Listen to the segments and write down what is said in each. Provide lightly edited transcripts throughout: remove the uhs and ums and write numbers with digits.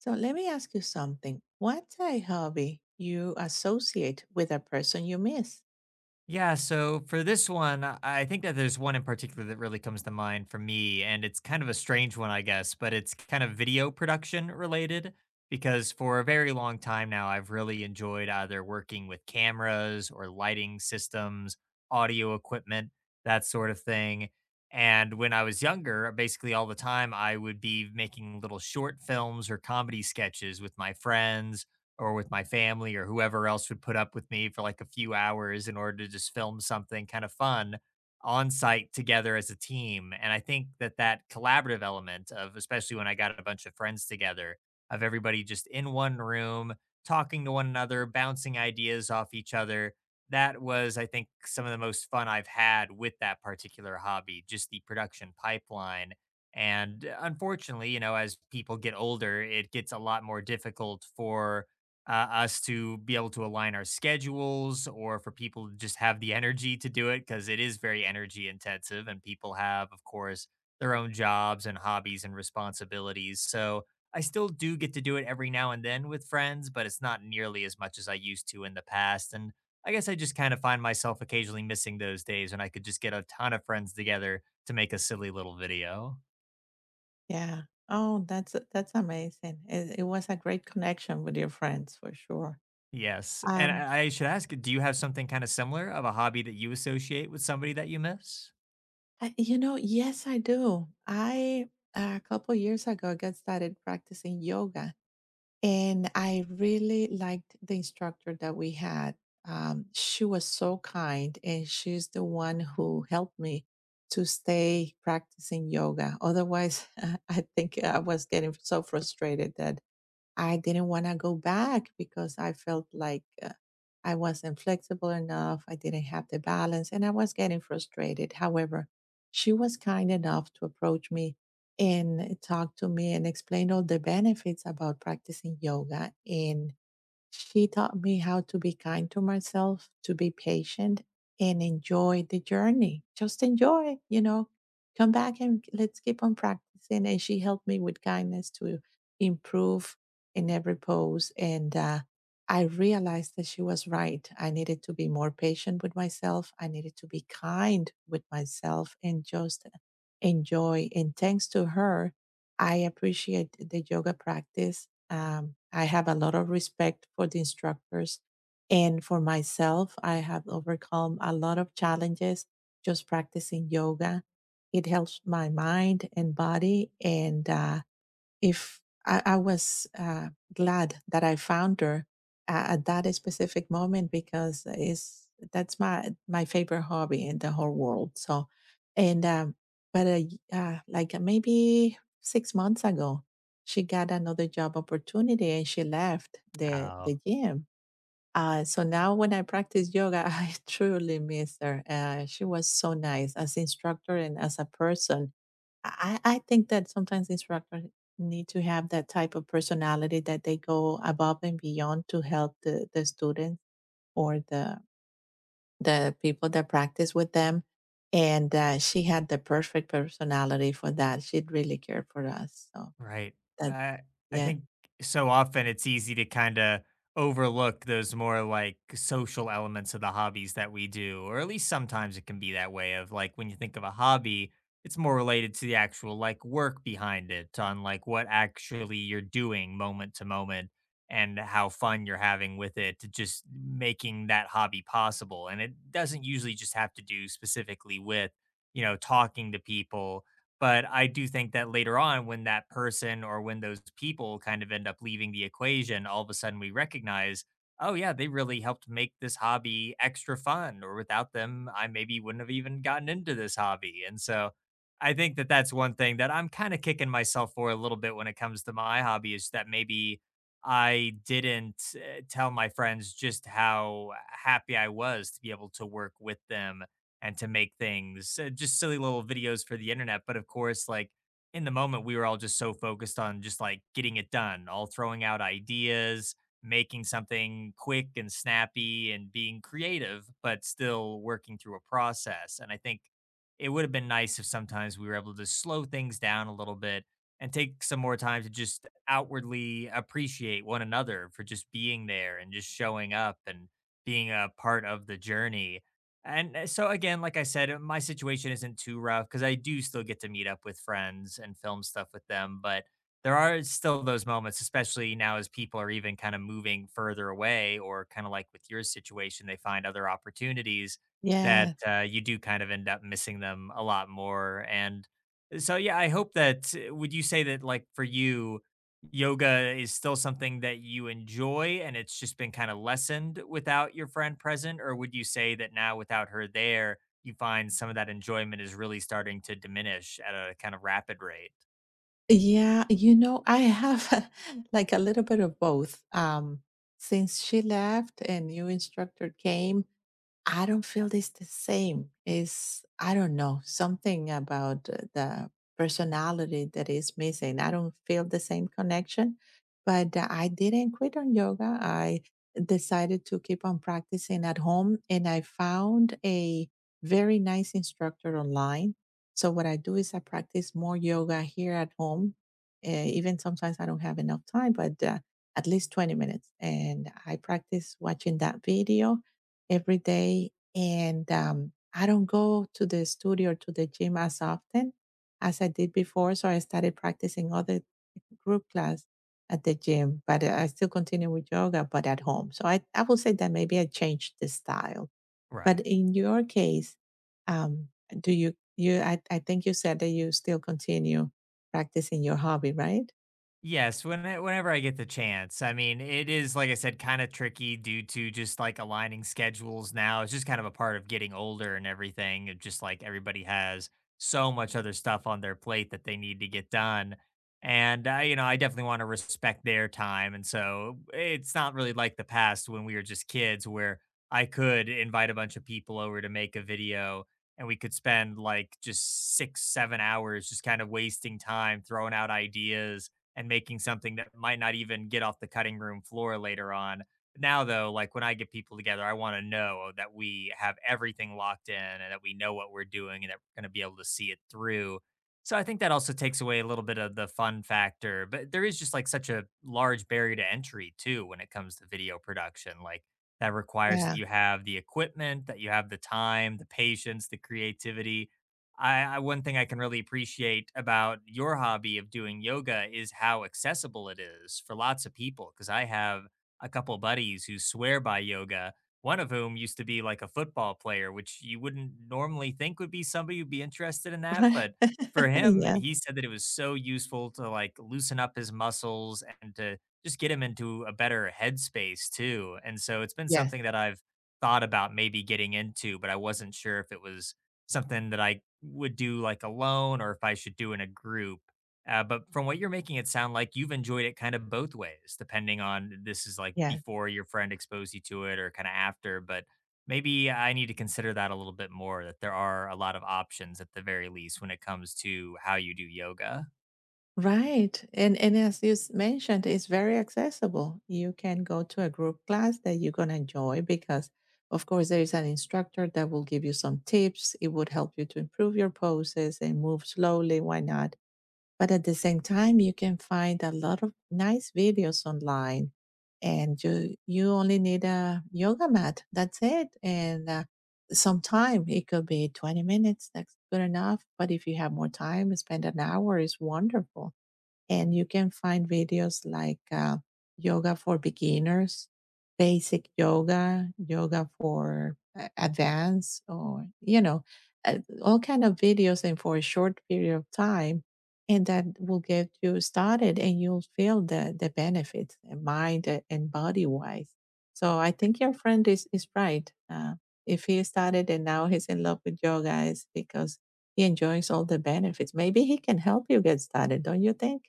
So let me ask you something. What's a hobby you associate with a person you miss? Yeah, so for this one, I think that there's one in particular that really comes to mind for me, and it's kind of a strange one, I guess, but it's kind of video production related because for a very long time now, I've really enjoyed either working with cameras or lighting systems, audio equipment, that sort of thing. And when I was younger, basically all the time, I would be making little short films or comedy sketches with my friends or with my family or whoever else would put up with me for like a few hours in order to just film something kind of fun on site together as a team. And I think that that collaborative element of, especially when I got a bunch of friends together, of everybody just in one room, talking to one another, bouncing ideas off each other. That was, I think, some of the most fun I've had with that particular hobby, just the production pipeline. And unfortunately, you know, as people get older, it gets a lot more difficult for us to be able to align our schedules or for people to just have the energy to do it because it is very energy intensive and people have, of course, their own jobs and hobbies and responsibilities. So I still do get to do it every now and then with friends, but it's not nearly as much as I used to in the past. And I guess I just kind of find myself occasionally missing those days when I could just get a ton of friends together to make a silly little video. Yeah. Oh, that's amazing. It was a great connection with your friends for sure. Yes, and Um, I should ask, do you have something kinda similar of a hobby that you associate with somebody that you miss? yes, I do. I A couple years ago got started practicing yoga, and I really liked the instructor that we had. She was so kind, and she's the one who helped me to stay practicing yoga. Otherwise, I think I was getting so frustrated that I didn't want to go back because I felt like I wasn't flexible enough. I didn't have the balance and I was getting frustrated. However, she was kind enough to approach me and talk to me and explain all the benefits about practicing yoga. And she taught me how to be kind to myself, to be patient, and enjoy the journey. Just enjoy, you know, come back and let's keep on practicing. And she helped me with kindness to improve in every pose. And I realized that she was right. I needed to be more patient with myself, I needed to be kind with myself and just enjoy. And thanks to her, I appreciate the yoga practice. I have a lot of respect for the instructors and for myself. I have overcome a lot of challenges just practicing yoga. It helps my mind and body, and if I, I was glad that I found her at that specific moment because it's that's my favorite hobby in the whole world. So, and but y- like Maybe 6 months ago, she got another job opportunity and she left the Oh. the gym. So now when I practice yoga, I truly miss her. She was so nice as instructor and as a person. I think that sometimes instructors need to have that type of personality that they go above and beyond to help the students or the people that practice with them. And she had the perfect personality for that. She really cared for us. So Right. that's I I yeah. think so often it's easy to kind of overlook those more like social elements of the hobbies that we do, or at least sometimes it can be that way of like when you think of a hobby, it's more related to the actual like work behind it, on like what actually you're doing moment to moment and how fun you're having with it to just making that hobby possible. And it doesn't usually just have to do specifically with, you know, talking to people. But I do think that later on, when that person or when those people kind of end up leaving the equation, all of a sudden we recognize, oh, yeah, they really helped make this hobby extra fun, or without them, I maybe wouldn't have even gotten into this hobby. And so I think that that's one thing that I'm kind of kicking myself for a little bit when it comes to my hobby is that maybe I didn't tell my friends just how happy I was to be able to work with them and to make things, just silly little videos for the internet. But of course, like in the moment, we were all just so focused on just like getting it done, all throwing out ideas, making something quick and snappy and being creative, but still working through a process. And I think it would have been nice if sometimes we were able to slow things down a little bit and take some more time to just outwardly appreciate one another for just being there and just showing up and being a part of the journey. And so again, like I said, my situation isn't too rough because I do still get to meet up with friends and film stuff with them. But there are still those moments, especially now as people are even kind of moving further away, or kind of like with your situation, they find other opportunities that Yeah. You do kind of end up missing them a lot more. And so, yeah, I hope that, would you say that like for you, yoga is still something that you enjoy and it's just been kind of lessened without your friend present? Or would you say that now without her there, you find some of that enjoyment is really starting to diminish at a kind of rapid rate? Yeah, you know, I have a- like a little bit of both. Since she left and new instructor came, I don't feel this the same. Is I don't know something about the personality that is missing. I don't feel the same connection, but I didn't quit on yoga. I decided to keep on practicing at home, and I found a very nice instructor online. So what I do is I practice more yoga here at home. Even sometimes I don't have enough time, but at least 20 minutes, and I practice watching that video every day. And I don't go to the studio or to the gym as often as I did before. So I started practicing other group class at the gym, but I still continue with yoga, but at home. So I will say that maybe I changed the style. But Right. in your case, um, do you, you I think you said that you still continue practicing your hobby, right? Yes, when whenever I get the chance. I mean, it is, like I said, kind of tricky due to just like aligning schedules now. It's just kind of a part of getting older and everything. It. Just like everybody has so much other stuff on their plate that they need to get done. And I, you know, I definitely want to respect their time. And so it's not really like the past when we were just kids where I could invite a bunch of people over to make a video and we could spend like just 6, 7 hours just kind of wasting time, throwing out ideas and making something that might not even get off the cutting room floor later on. Now, though, like when I get people together, I want to know that we have everything locked in and that we know what we're doing and that we're going to be able to see it through. So I think that also takes away a little bit of the fun factor, but there is just like such a large barrier to entry too when it comes to video production. Like that requires that Yeah. you have the equipment, that you have the time, the patience, the creativity. I one thing I can really appreciate about your hobby of doing yoga is how accessible it is for lots of people. Because I have a couple buddies who swear by yoga. One of whom used to be like a football player, which you wouldn't normally think would be somebody who'd be interested in that. Right. But for him, yeah. he said that it was so useful to like loosen up his muscles and to just get him into a better headspace too. And so it's been Yes. something that I've thought about maybe getting into, but I wasn't sure if it was something that I would do like alone or if I should do in a group. But from what you're making it sound like, you've enjoyed it kind of both ways, depending on this is like Yes. before your friend exposed you to it or kind of after. But maybe I need to consider that a little bit more that there are a lot of options at the very least when it comes to how you do yoga. Right. And as you mentioned, it's very accessible. You can go to a group class that you're gonna enjoy because of course there is an instructor that will give you some tips. It would help you to improve your poses and move slowly, why not? But at the same time, you can find a lot of nice videos online, and you only need a yoga mat. That's it, and some time. It could be 20 minutes. That's good enough. But if you have more time, spend an hour is wonderful and you can find videos like yoga for beginners, basic yoga, yoga for advanced, or you know, all kind of videos, and for a short period of time, and that will get you started, and you'll feel the benefits, mind and body wise. So I Right. think your friend is right. If he started and now he's in love with yoga, is because he enjoys all the benefits. Maybe he can help you get started, don't you think?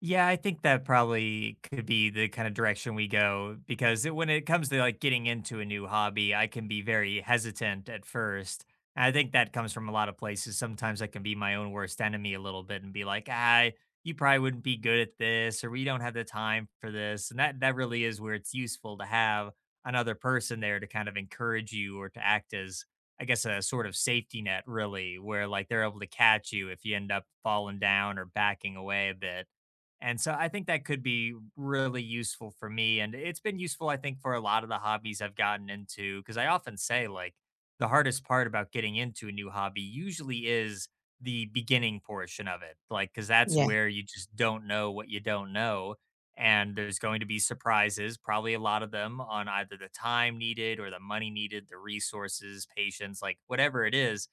Yeah, I think that probably could be the kind of direction we go because it, when it comes to like getting into a new hobby, I can be very hesitant at first. And I think that comes from a lot of places. Sometimes I can be my own worst enemy a little bit and be like, "Ah, you probably wouldn't be good at this, or we don't have the time for this." And that really is where it's useful to have another person there to kind of encourage you or to act as, I guess, a sort of safety net, really, where like they're able to catch you if you end up falling down or backing away a bit. And so I think that could be really useful for me. And it's been useful, I think, for a lot of the hobbies I've gotten into. Cause I often say, like, the hardest part about getting into a new hobby usually is the beginning portion of it. Like, cause that's Yeah, where you just don't know what you don't know. And there's going to be surprises, probably a lot of them, on either the time needed or the money needed, the resources, patience, like whatever it is.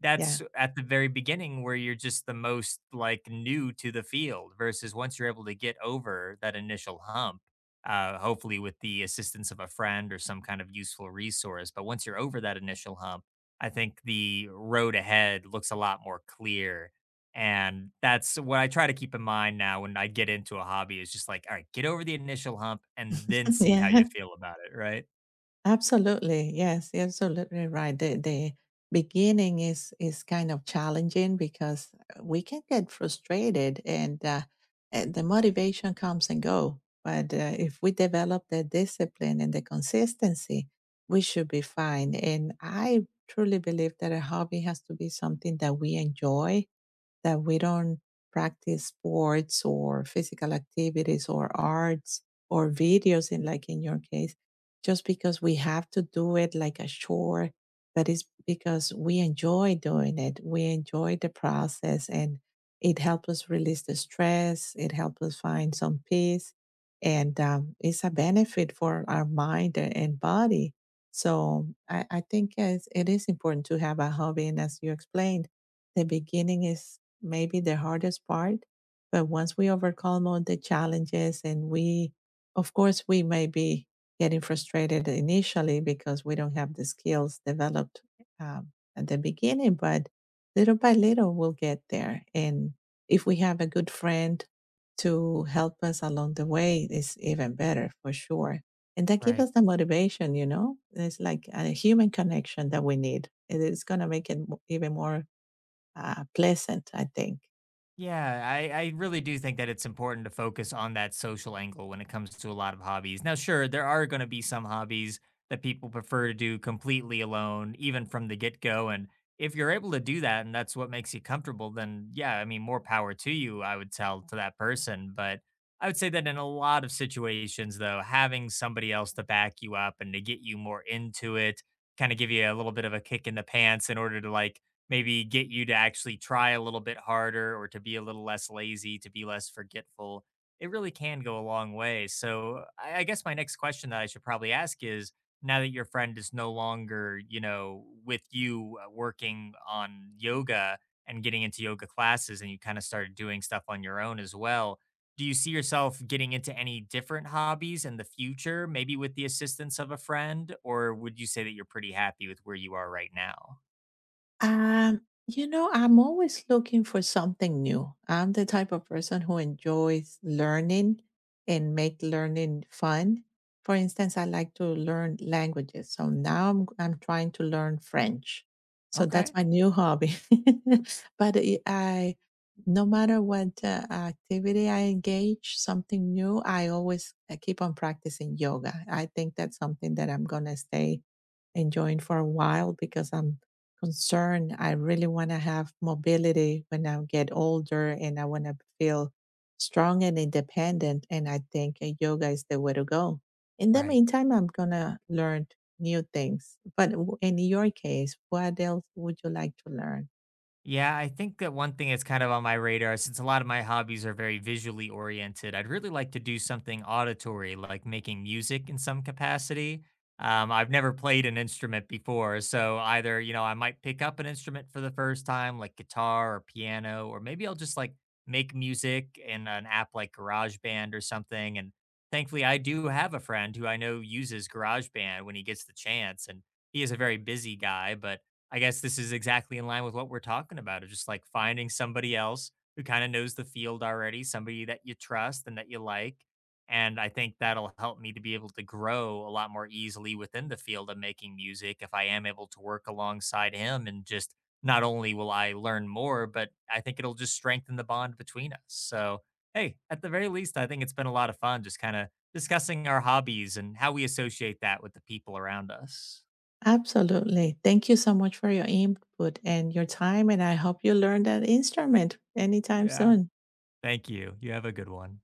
That's yeah, at the very beginning where you're just the most, like, new to the field versus once you're able to get over that initial hump, hopefully with the assistance of a friend or some kind of useful resource, but once you're over that initial hump, I think the road ahead looks a lot more clear, and that's what I try to keep in mind now when I get into a hobby is just like, "Alright, get over the initial hump and then see how yeah, you feel about it," right? absolutely. Yes, you're absolutely right. The beginning is kind of challenging because we can get frustrated and the motivation comes and go. But if we develop the discipline and the consistency, we should be fine. And I truly believe that a hobby has to be something that we enjoy, that we don't practice sports or physical activities or arts or videos in like in your case just because we have to do it like a chore, but it's because we enjoy doing it. We enjoy the process, and it helps us release the stress. It helps us find some peace, and it's a benefit for our mind and body. So I think it's, it is important to have a hobby, and as you explained, the beginning is maybe the hardest part. But once we overcome all the challenges and we, of course, we may be getting frustrated initially because we don't have the skills developed at the beginning, but little by little we'll get there. And if we have a good friend to help us along the way, it's even better for sure. And that gives Right. us the motivation, you know? It's like a human connection that we need. It is going to make it even more pleasant, I think. Yeah, I really do think that it's important to focus on that social angle when it comes to a lot of hobbies. Now, sure, there are going to be some hobbies that people prefer to do completely alone, even from the get go. And if you're able to do that and that's what makes you comfortable, then yeah, I mean, more power to you, I would tell to that person. But I would say that in a lot of situations, though, having somebody else to back you up and to get you more into it, kind of give you a little bit of a kick in the pants in order to like, maybe get you to actually try a little bit harder or to be a little less lazy, to be less forgetful. It really can go a long way. So, I guess my next question that I should probably ask is now that your friend is no longer, you know, with you, working on yoga and getting into yoga classes and you kind of started doing stuff on your own as well. Do you see yourself getting into any different hobbies in the future, maybe with the assistance of a friend? Or would you say that you're pretty happy with where you are right now? Um, you know, I'm always looking for something new. I'm the type of person who enjoys learning and make learning fun. For instance, I like to learn languages. So now I'm trying to learn French. So that's Okay. my new hobby. but no matter what activity I engage, something new, I always keep on practicing yoga. I think that's something that I'm going to stay enjoying for a while because I'm concern. I really want to have mobility when I get older and I want to feel strong and independent. And I think yoga is the way to go. In the Right. meantime, I'm going to learn new things. But in your case, what else would you like to learn? Yeah, I think that one thing that's kind of on my radar, since a lot of my hobbies are very visually oriented, I'd really like to do something auditory, like making music in some capacity. I've never played an instrument before, so either, you know, I might pick up an instrument for the first time, like guitar or piano, or maybe I'll just like make music in an app like GarageBand or something. And thankfully, I do have a friend who I know uses GarageBand when he gets the chance, and he is a very busy guy, but I guess this is exactly in line with what we're talking about, of just like finding somebody else who kind of knows the field already, somebody that you trust and that you like. And I think that'll help me to be able to grow a lot more easily within the field of making music if I am able to work alongside him. And just not only will I learn more, but I think it'll just strengthen the bond between us. So, hey, at the very least, I think it's been a lot of fun just kind of discussing our hobbies and how we associate that with the people around us. Absolutely. Thank you so much for your input and your time. And I hope you learn that instrument anytime Yeah. soon. Thank you. You have a good one.